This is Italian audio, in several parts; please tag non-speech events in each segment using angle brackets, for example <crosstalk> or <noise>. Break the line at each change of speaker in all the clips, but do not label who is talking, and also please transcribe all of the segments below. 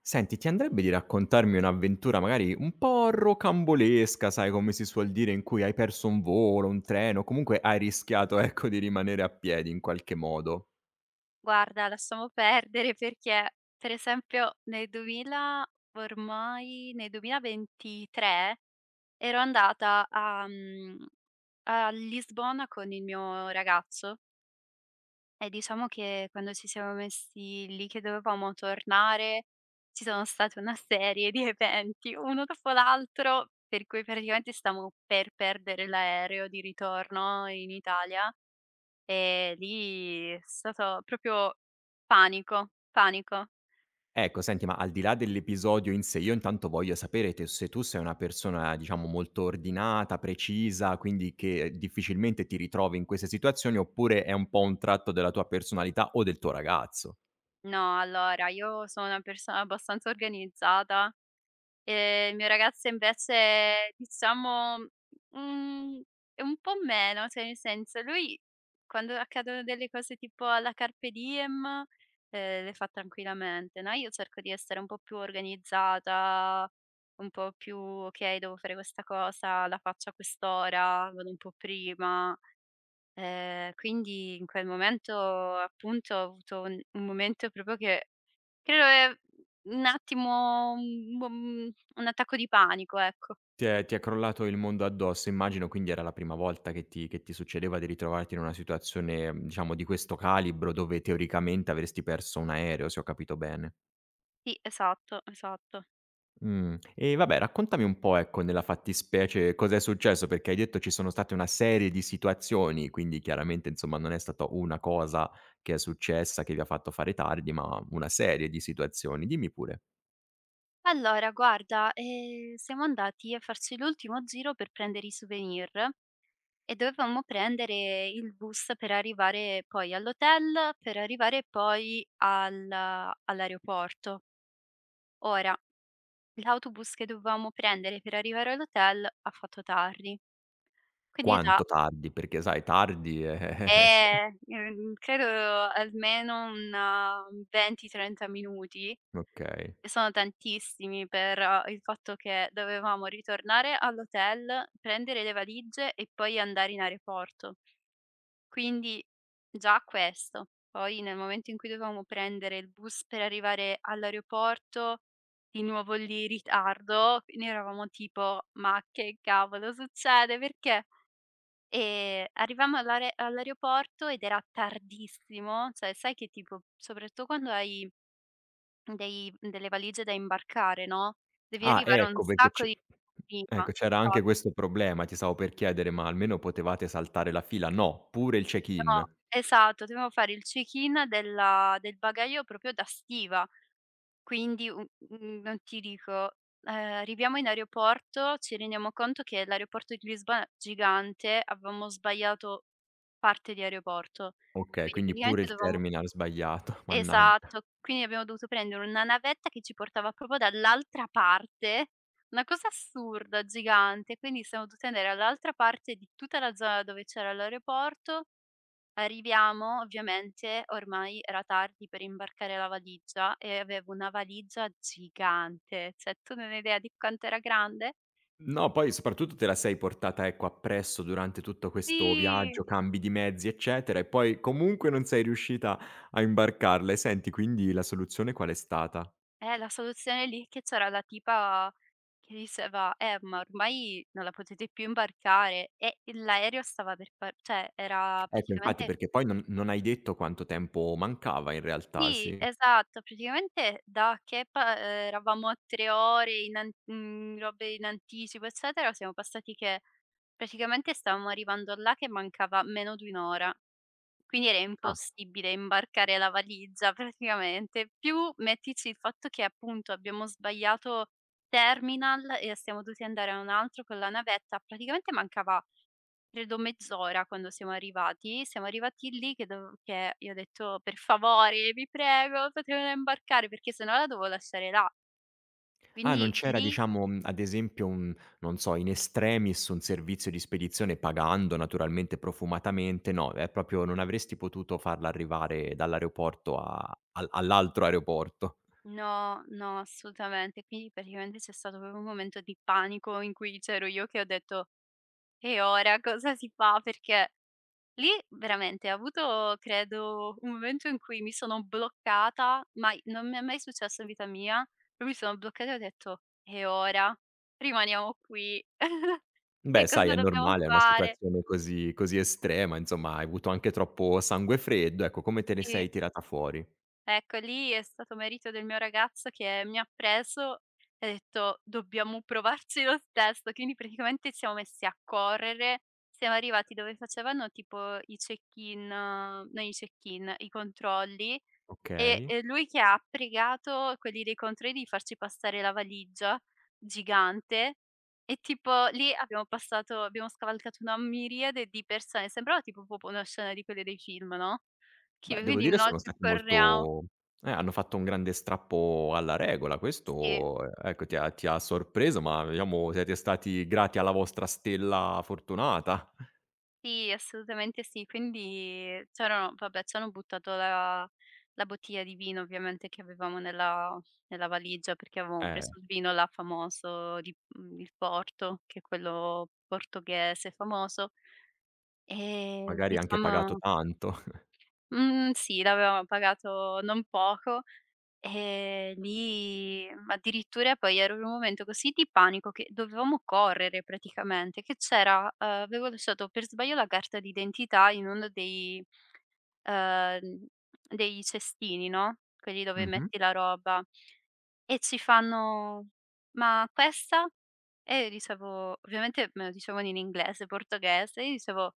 Senti, ti andrebbe di raccontarmi un'avventura magari un po' rocambolesca, sai, come si suol dire, in cui hai perso un volo, un treno, comunque hai rischiato, <laughs> ecco, di rimanere a piedi in qualche modo?
Guarda, lasciamo perdere perché, per esempio, nel 2000, ormai nel 2023, ero andata a Lisbona con il mio ragazzo, e diciamo che quando ci siamo messi lì che dovevamo tornare, ci sono state una serie di eventi, uno dopo l'altro, per cui praticamente stavamo per perdere l'aereo di ritorno in Italia, e lì è stato proprio panico, panico.
Ecco, senti, ma al di là dell'episodio in sé, io intanto voglio sapere te se tu sei una persona, diciamo, molto ordinata, precisa, quindi che difficilmente ti ritrovi in queste situazioni, oppure è un po' un tratto della tua personalità o del tuo ragazzo.
No, allora io sono una persona abbastanza organizzata e il mio ragazzo invece diciamo, mhmm, è un po' meno, cioè nel senso lui, quando accadono delle cose tipo alla carpe diem, le fa tranquillamente, no, io cerco di essere un po' più organizzata, un po' più: "Okay, devo fare questa cosa, la faccio a quest'ora, vado un po' prima." Quindi in quel momento appunto ho avuto un momento proprio che credo è un attimo un mo mhmm, un attacco di panico, ecco.
Ti è crollato il mondo addosso immagino, quindi era la prima volta che ti succedeva di ritrovarti in una situazione, diciamo di questo calibro, dove teoricamente avresti perso un aereo, se ho capito bene.
Sì, esatto, esatto.
E vabbè raccontami un po', ecco, nella fattispecie cos'è successo, perché hai detto ci sono state una serie di situazioni, quindi chiaramente insomma non è stato una cosa che è successa che vi ha fatto fare tardi, ma una serie di situazioni. Dimmi pure,
Allora guarda, siamo andati a farci l'ultimo giro per prendere i souvenir, e dovevamo prendere il bus per arrivare poi all'hotel, per arrivare poi al all'aeroporto. Ora, l'autobus che dovevamo prendere per arrivare all'hotel ha fatto tardi. Quindi sa
quanto tardi? Perché sai tardi,
Credo almeno un 20, 30 minuti,
<laughs> okay.
che sono tantissimi, per il fatto che dovevamo ritornare all'hotel, prendere le valigie e poi andare in aeroporto. Quindi già questo. Poi nel momento in cui dovevamo prendere il bus per arrivare all'aeroporto, di nuovo lì ritardo, quindi eravamo tipo: "Ma che cavolo succede?" Perché Arrivammo all'aeroporto ed era tardissimo, cioè sai che tipo soprattutto quando hai dei delle valigie da imbarcare, no, devi
Ah,
arrivare un
ecco perché
sacco di prima.
c'era anche
Esatto,
questo problema, ti stavo per chiedere, ma almeno potevate saltare la fila? No, pure il
no,
check-in.
esatto, dovevo fare il check-in del bagaglio proprio da stiva. Quindi u Non ti dico, arriviamo in aeroporto, ci rendiamo conto che l'aeroporto di Lisbona è gigante, avevamo sbagliato parte di aeroporto.
Okay,
Quindi
quindi pure
praticamente
il
dovevamo.
terminal sbagliato, <laughs> mannaggia.
Esatto, quindi abbiamo dovuto prendere una navetta che ci portava proprio dall'altra parte, una cosa assurda, gigante, quindi siamo dovuti andare all'altra parte di tutta la zona dove c'era l'aeroporto. Arriviamo, ovviamente ormai era tardi per imbarcare la valigia, e avevo una valigia gigante, cioè tu non hai idea di quanto era grande?
No, poi soprattutto te la sei portata, ecco, appresso durante tutto questo
Sì.
viaggio, cambi di mezzi, eccetera, e poi comunque non sei riuscita a imbarcarla. E senti, quindi la soluzione qual è stata?
La soluzione lì, che c'era la tipa che diceva: ma ormai non la potete più imbarcare", e il l'aereo stava per par, cioè era
Ecco, infatti,
praticamente,
perché poi non hai detto quanto tempo mancava in realtà,
sì,
sì.
esatto, praticamente da che pa eravamo a 3 ore robe in anticipo, eccetera, siamo passati che praticamente stavamo arrivando là che mancava meno di 1 ora. Quindi era
Ah.
impossibile imbarcare la valigia <laughs> praticamente, più mettici il fatto che appunto abbiamo sbagliato terminal e siamo dovuti andare a un altro con la navetta, praticamente mancava credo mezz'ora quando siamo arrivati. Siamo arrivati lì che io ho detto: "Per favore, vi prego, fatemela imbarcare perché sennò la devo lasciare là".
Ah, non
Quindi
c'era
lì.
diciamo, ad esempio un non so, in extremis un servizio di spedizione pagando naturalmente profumatamente, no, è proprio non avresti potuto farla arrivare dall'aeroporto a al all'altro aeroporto.
No, no, assolutamente. Quindi praticamente c'è stato proprio un momento di panico in cui c'ero io che ho detto: "E ora cosa si fa?" Perché Lì veramente ho avuto credo un momento in cui mi sono bloccata, ma i non mi è mai successo in vita mia, però mi sono bloccata e ho detto: "E ora? Rimaniamo qui. <laughs> Che
Beh, sai
cosa
è
dobbiamo
normale, è una
fare?"
situazione così così estrema, insomma hai avuto anche troppo sangue freddo, ecco come te ne
Sì,
sei tirata fuori?
ecco lì è stato merito del mio ragazzo, che mi ha preso e ha detto: "Dobbiamo provarci lo stesso." Quindi praticamente siamo messi a correre, siamo arrivati dove facevano tipo i check-in, non i check-in, i controlli. E
Okay.
e lui che ha pregato quelli dei controlli di farci passare la valigia gigante, e tipo lì abbiamo scavalcato una miriade di persone, sembrava tipo proprio una scena di quelle dei film, no,
Beh,
che
devo
vedi
dire
noi
sono
che
stati
corriamo.
molto, hanno fatto un grande strappo alla regola.
Sì.
Questo, ecco, ti ha sorpreso, ma diciamo siete stati grati alla vostra stella fortunata.
Sì, assolutamente sì. Quindi c'erano, vabbè, ci hanno buttato la bottiglia di vino, ovviamente, che avevamo nella valigia, perché avevamo
Eh,
preso il vino là famoso di il Porto, che è quello portoghese famoso. E
magari anche pagato
diciamo.
tanto.
Mhmm, sì, l'avevamo pagato non poco, e lì addirittura poi ero in un momento così di panico, che dovevamo correre praticamente, che c'era avevo lasciato per sbaglio la carta d'identità in uno uhm, dei cestini, no, quelli dove
Mh-mh.
metti la roba, e ci fanno: "Ma questa?" E io dicevo, ovviamente me lo dicevano in inglese, portoghese, e io dicevo: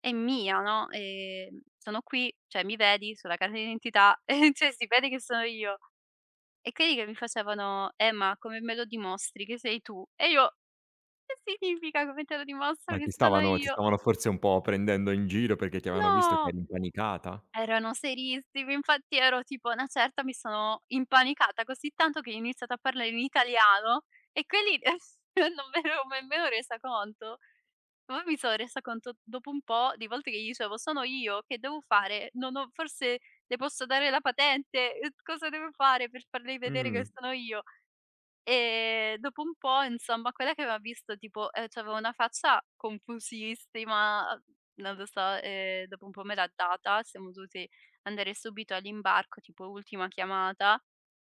è mia, no, sono qui, cioè mi vedi sulla carta d'identità, <laughs> cioè si vede che sono io. E quelli che mi facevano: ma come me lo dimostri che sei tu?" E io: "Che significa come te lo
Ma
dimostro che
ti
sono
stavano ti
io?"
stavano forse un po' prendendo in giro perché ti avevano visto che
No!
eri impanicata?
Erano serissimi, infatti ero tipo, a una certa mi sono impanicata così tanto che ho iniziato a parlare in italiano, e quelli <laughs> non me ne ero nemmeno resa conto. Ma poi mi sono resa conto, dopo un po' di volte che gli dicevo: "Sono io, che devo fare? Non ho forse, le posso dare la patente? Cosa devo fare per farle vedere
Mh.
che sono io?" Dopo un po', insomma, quella che aveva visto tipo, c'aveva una faccia confusissima, non lo so, dopo un po' me l'ha data, siamo dovuti andare subito all'imbarco, tipo ultima chiamata.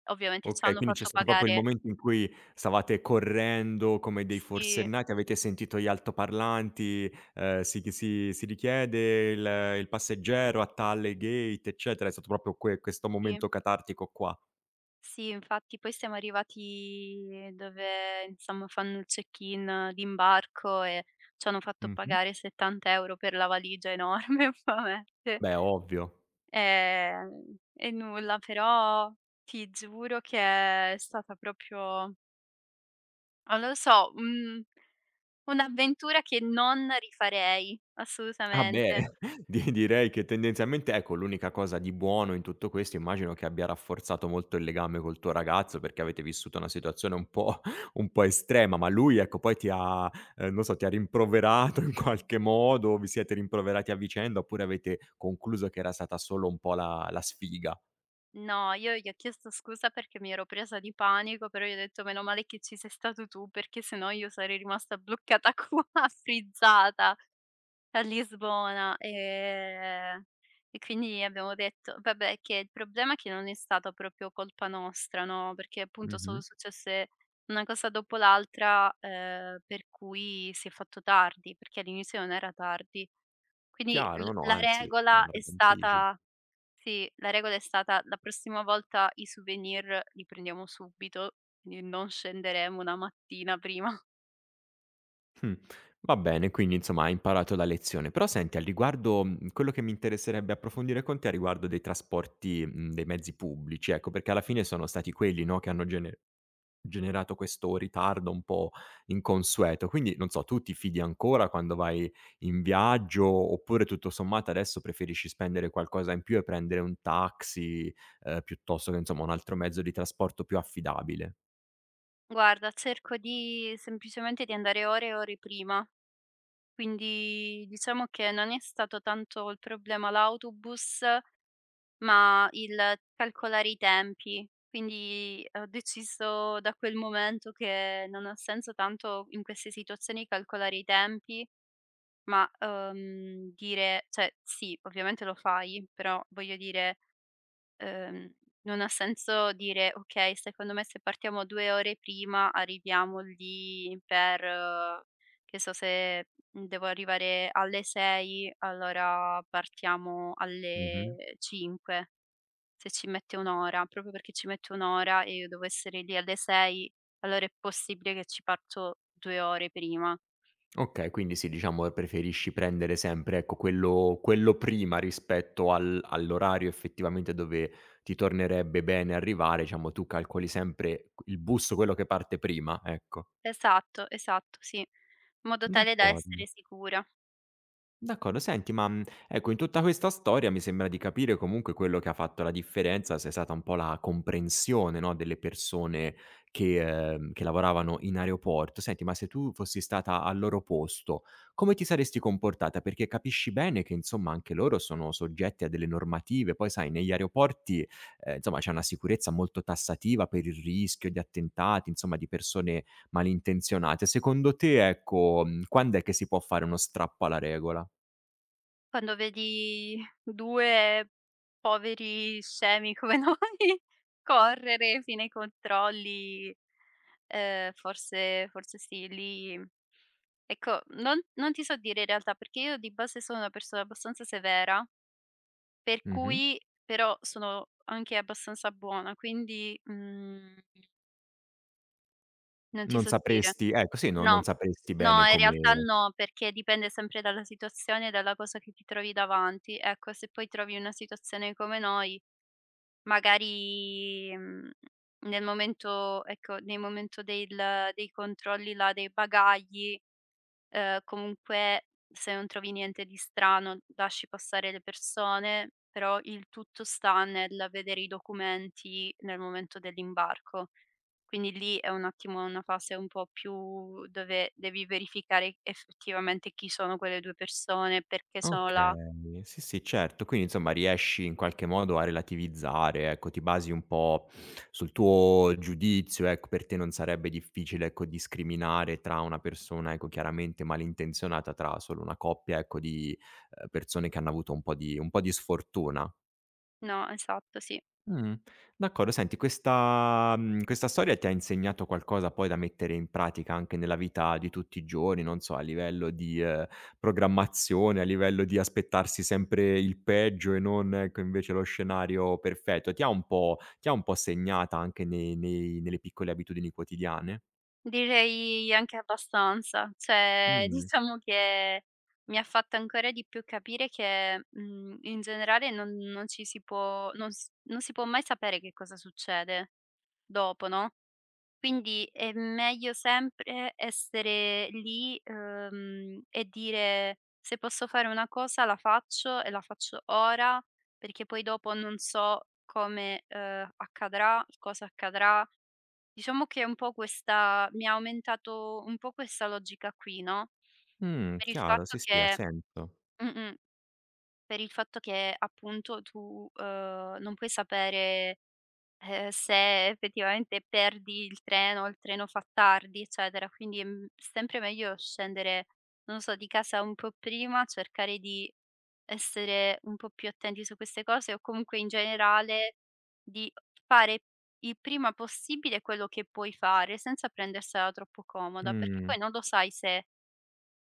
Ovviamente ci
Okay,
hanno
quindi c'è
fatto
stato proprio il
pagare.
momento in cui stavate correndo come dei
Sì,
forsennati, avete sentito gli altoparlanti, si chi si si richiede il passeggero a tale gate, eccetera. È stato proprio questo
sì.
momento catartico qua.
Sì, infatti poi siamo arrivati dove, insomma, fanno il check-in d'imbarco, e c'hanno fatto
Mh-mh.
pagare 70 € per la valigia enorme, <laughs> ovviamente.
Beh, ovvio.
E nulla, però ti giuro che è stata proprio, non lo so, un'avventura che non rifarei,
Ah
assolutamente.
beh, <laughs> di direi che tendenzialmente ecco, l'unica cosa di buono in tutto questo immagino che abbia rafforzato molto il legame col tuo ragazzo, perché avete vissuto una situazione un po' <laughs> un po' estrema, ma lui ecco poi ti ha non so, ti ha rimproverato in <laughs> qualche modo, vi siete rimproverati a vicenda, oppure avete concluso che era stata solo un po' la sfiga?
No, io gli ho chiesto scusa perché mi ero presa di panico, però gli ho detto: "Meno male che ci sei stato tu, perché sennò io sarei rimasta bloccata <laughs> qua, frizzata a Lisbona". E quindi abbiamo detto, vabbè, che il problema è che non è stata proprio colpa nostra, no, perché appunto sono
Mh-mh.
successe una cosa dopo l'altra, per cui si è fatto tardi, perché all'inizio non era tardi. Quindi l
Chiaro, no, no,
la
anzi, un
regola è
largo anticipo.
stata, sì, la regola è stata: la prossima volta i souvenir li prendiamo subito, quindi non scenderemo una mattina prima. <laughs>
Mh, va bene, quindi insomma hai imparato la lezione. Però senti, al riguardo, quello che mi interesserebbe approfondire con te, a riguardo dei trasporti, dei mezzi pubblici, ecco, perché alla fine sono stati quelli, no, che hanno generato questo ritardo un po' inconsueto. Quindi, non so, tu ti fidi ancora quando vai in viaggio, oppure tutto sommato adesso preferisci spendere qualcosa in più e prendere un taxi, piuttosto che, insomma, un altro mezzo di trasporto più affidabile?
Guarda, cerco di, semplicemente, di andare ore e ore prima, quindi diciamo che non è stato tanto il problema l'autobus, ma il calcolare i tempi. Quindi ho deciso da quel momento che non ha senso tanto in queste situazioni calcolare i tempi. Ma, dire, cioè sì, ovviamente lo fai, però voglio dire, uhm, non ha senso dire: "Okay, secondo me se partiamo 2 ore prima arriviamo lì per", che so, se, devo arrivare alle 6 allora partiamo
Mh-mh.
alle 5, se ci mette 1 ora. Proprio perché ci mette 1 ora e io devo essere lì alle 6, allora è possibile che ci parto 2 ore prima.
Okay, quindi sì, diciamo, preferisci prendere sempre, ecco, quello prima rispetto al all'orario effettivamente dove ti tornerebbe bene arrivare, diciamo tu calcoli sempre q il bus quello che parte prima, ecco.
Esatto, esatto, sì. In modo tale da
D'accordo.
essere sicura.
D'accordo, senti, ma, ecco, in tutta questa storia mi sembra di capire comunque quello che ha fatto la differenza sia stata un po' la comprensione, no, delle persone che lavoravano in aeroporto. Senti, ma se tu fossi stata al loro posto, come ti saresti comportata? Perché capisci bene che, insomma, anche loro sono soggetti a delle normative. Poi sai, negli aeroporti, insomma, c'è una sicurezza molto tassativa per il rischio di attentati, insomma, di persone malintenzionate. Secondo te, ecco, quand'è che si può fare uno strappo alla regola?
Quando vedi 2 poveri scemi come noi <laughs> correre fino ai controlli, forse forse sì, lì ecco, non ti so dire in realtà, perché io di base sono una persona abbastanza severa, per
Mh-mh.
cui però sono anche abbastanza buona, quindi, mhmm Non ti
Non
so dire.
sapresti ecco sì, no non
No,
sapresti bene
no, in
come
realtà no, perché dipende sempre dalla situazione e dalla cosa che ti trovi davanti. Ecco, se poi trovi una situazione come noi, magari, nel momento, ecco, nel momento del dei controlli là dei bagagli, comunque se non trovi niente di strano lasci passare le persone, però il tutto sta nel vedere i documenti nel momento dell'imbarco. Quindi lì è un attimo una fase un po' più dove devi verificare effettivamente chi sono quelle 2 persone, perché sono là.
okay, sì, sì, certo. Quindi insomma riesci in qualche modo a relativizzare, ecco, ti basi un po' sul tuo giudizio, ecco, per te non sarebbe difficile, ecco, discriminare tra una persona, ecco, chiaramente malintenzionata, tra solo una coppia, ecco, di, persone che hanno avuto un po' di sfortuna.
No, esatto, sì.
Mh, d'accordo. Senti questa storia ti ha insegnato qualcosa poi da mettere in pratica anche nella vita di tutti i giorni, non so, a livello di, programmazione, a livello di aspettarsi sempre il peggio e non, ecco, invece lo scenario perfetto. Ti ha un po' segnata anche nei nei nelle piccole abitudini quotidiane?
Direi anche abbastanza. Cioè, <laughs>
Mh,
diciamo che mi ha fatto ancora di più capire che, in generale non ci si può, non si può mai sapere che cosa succede dopo, no? Quindi è meglio sempre essere lì, e dire: "Se posso fare una cosa la faccio, e la faccio ora, perché poi dopo non so come, accadrà, cosa accadrà". Diciamo che è un po' questa, mi ha aumentato un po' questa logica qui, no, per il
chiaro,
fatto
sì, sì, ha
che,
senso.
mh-mh, per il fatto che appunto tu, non puoi sapere. Se effettivamente perdi il treno o il treno fa tardi, eccetera, quindi è, sempre meglio scendere, non so, di casa un po' prima, cercare di essere un po' più attenti su queste cose, o comunque in generale di fare il prima possibile quello che puoi fare, senza prendersela troppo comoda, perché
Mh.
poi non lo sai se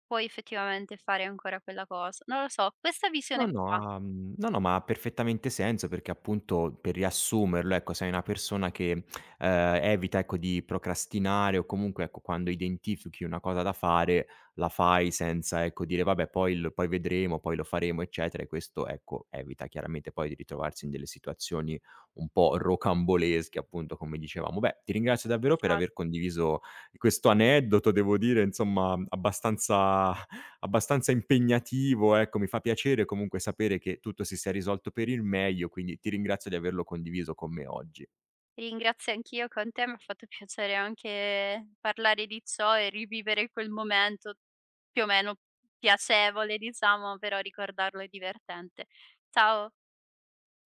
puoi effettivamente fare ancora quella cosa. Non lo so, questa
No,
visione
no,
qua.
no, no, ma ha perfettamente senso perché appunto, per riassumerlo, ecco, sei una persona che, evita, ecco, di procrastinare o comunque, ecco, quando identifichi una cosa da fare, la fai senza, ecco, dire: "Vabbè poi l poi vedremo, poi lo faremo", eccetera, e questo, ecco, evita chiaramente poi di ritrovarsi in delle situazioni un po' rocambolesche, appunto, come dicevamo. Beh, ti ringrazio davvero per
Esa
aver condiviso questo aneddoto, devo dire, insomma, abbastanza impegnativo, ecco, mi fa piacere comunque sapere che tutto si sia risolto per il meglio, quindi ti ringrazio di averlo condiviso con me oggi.
Ringrazio anch'io con te, m'ha fatto piacere anche parlare di ciò e rivivere quel momento più o meno piacevole, diciamo, però ricordarlo è divertente. Ciao.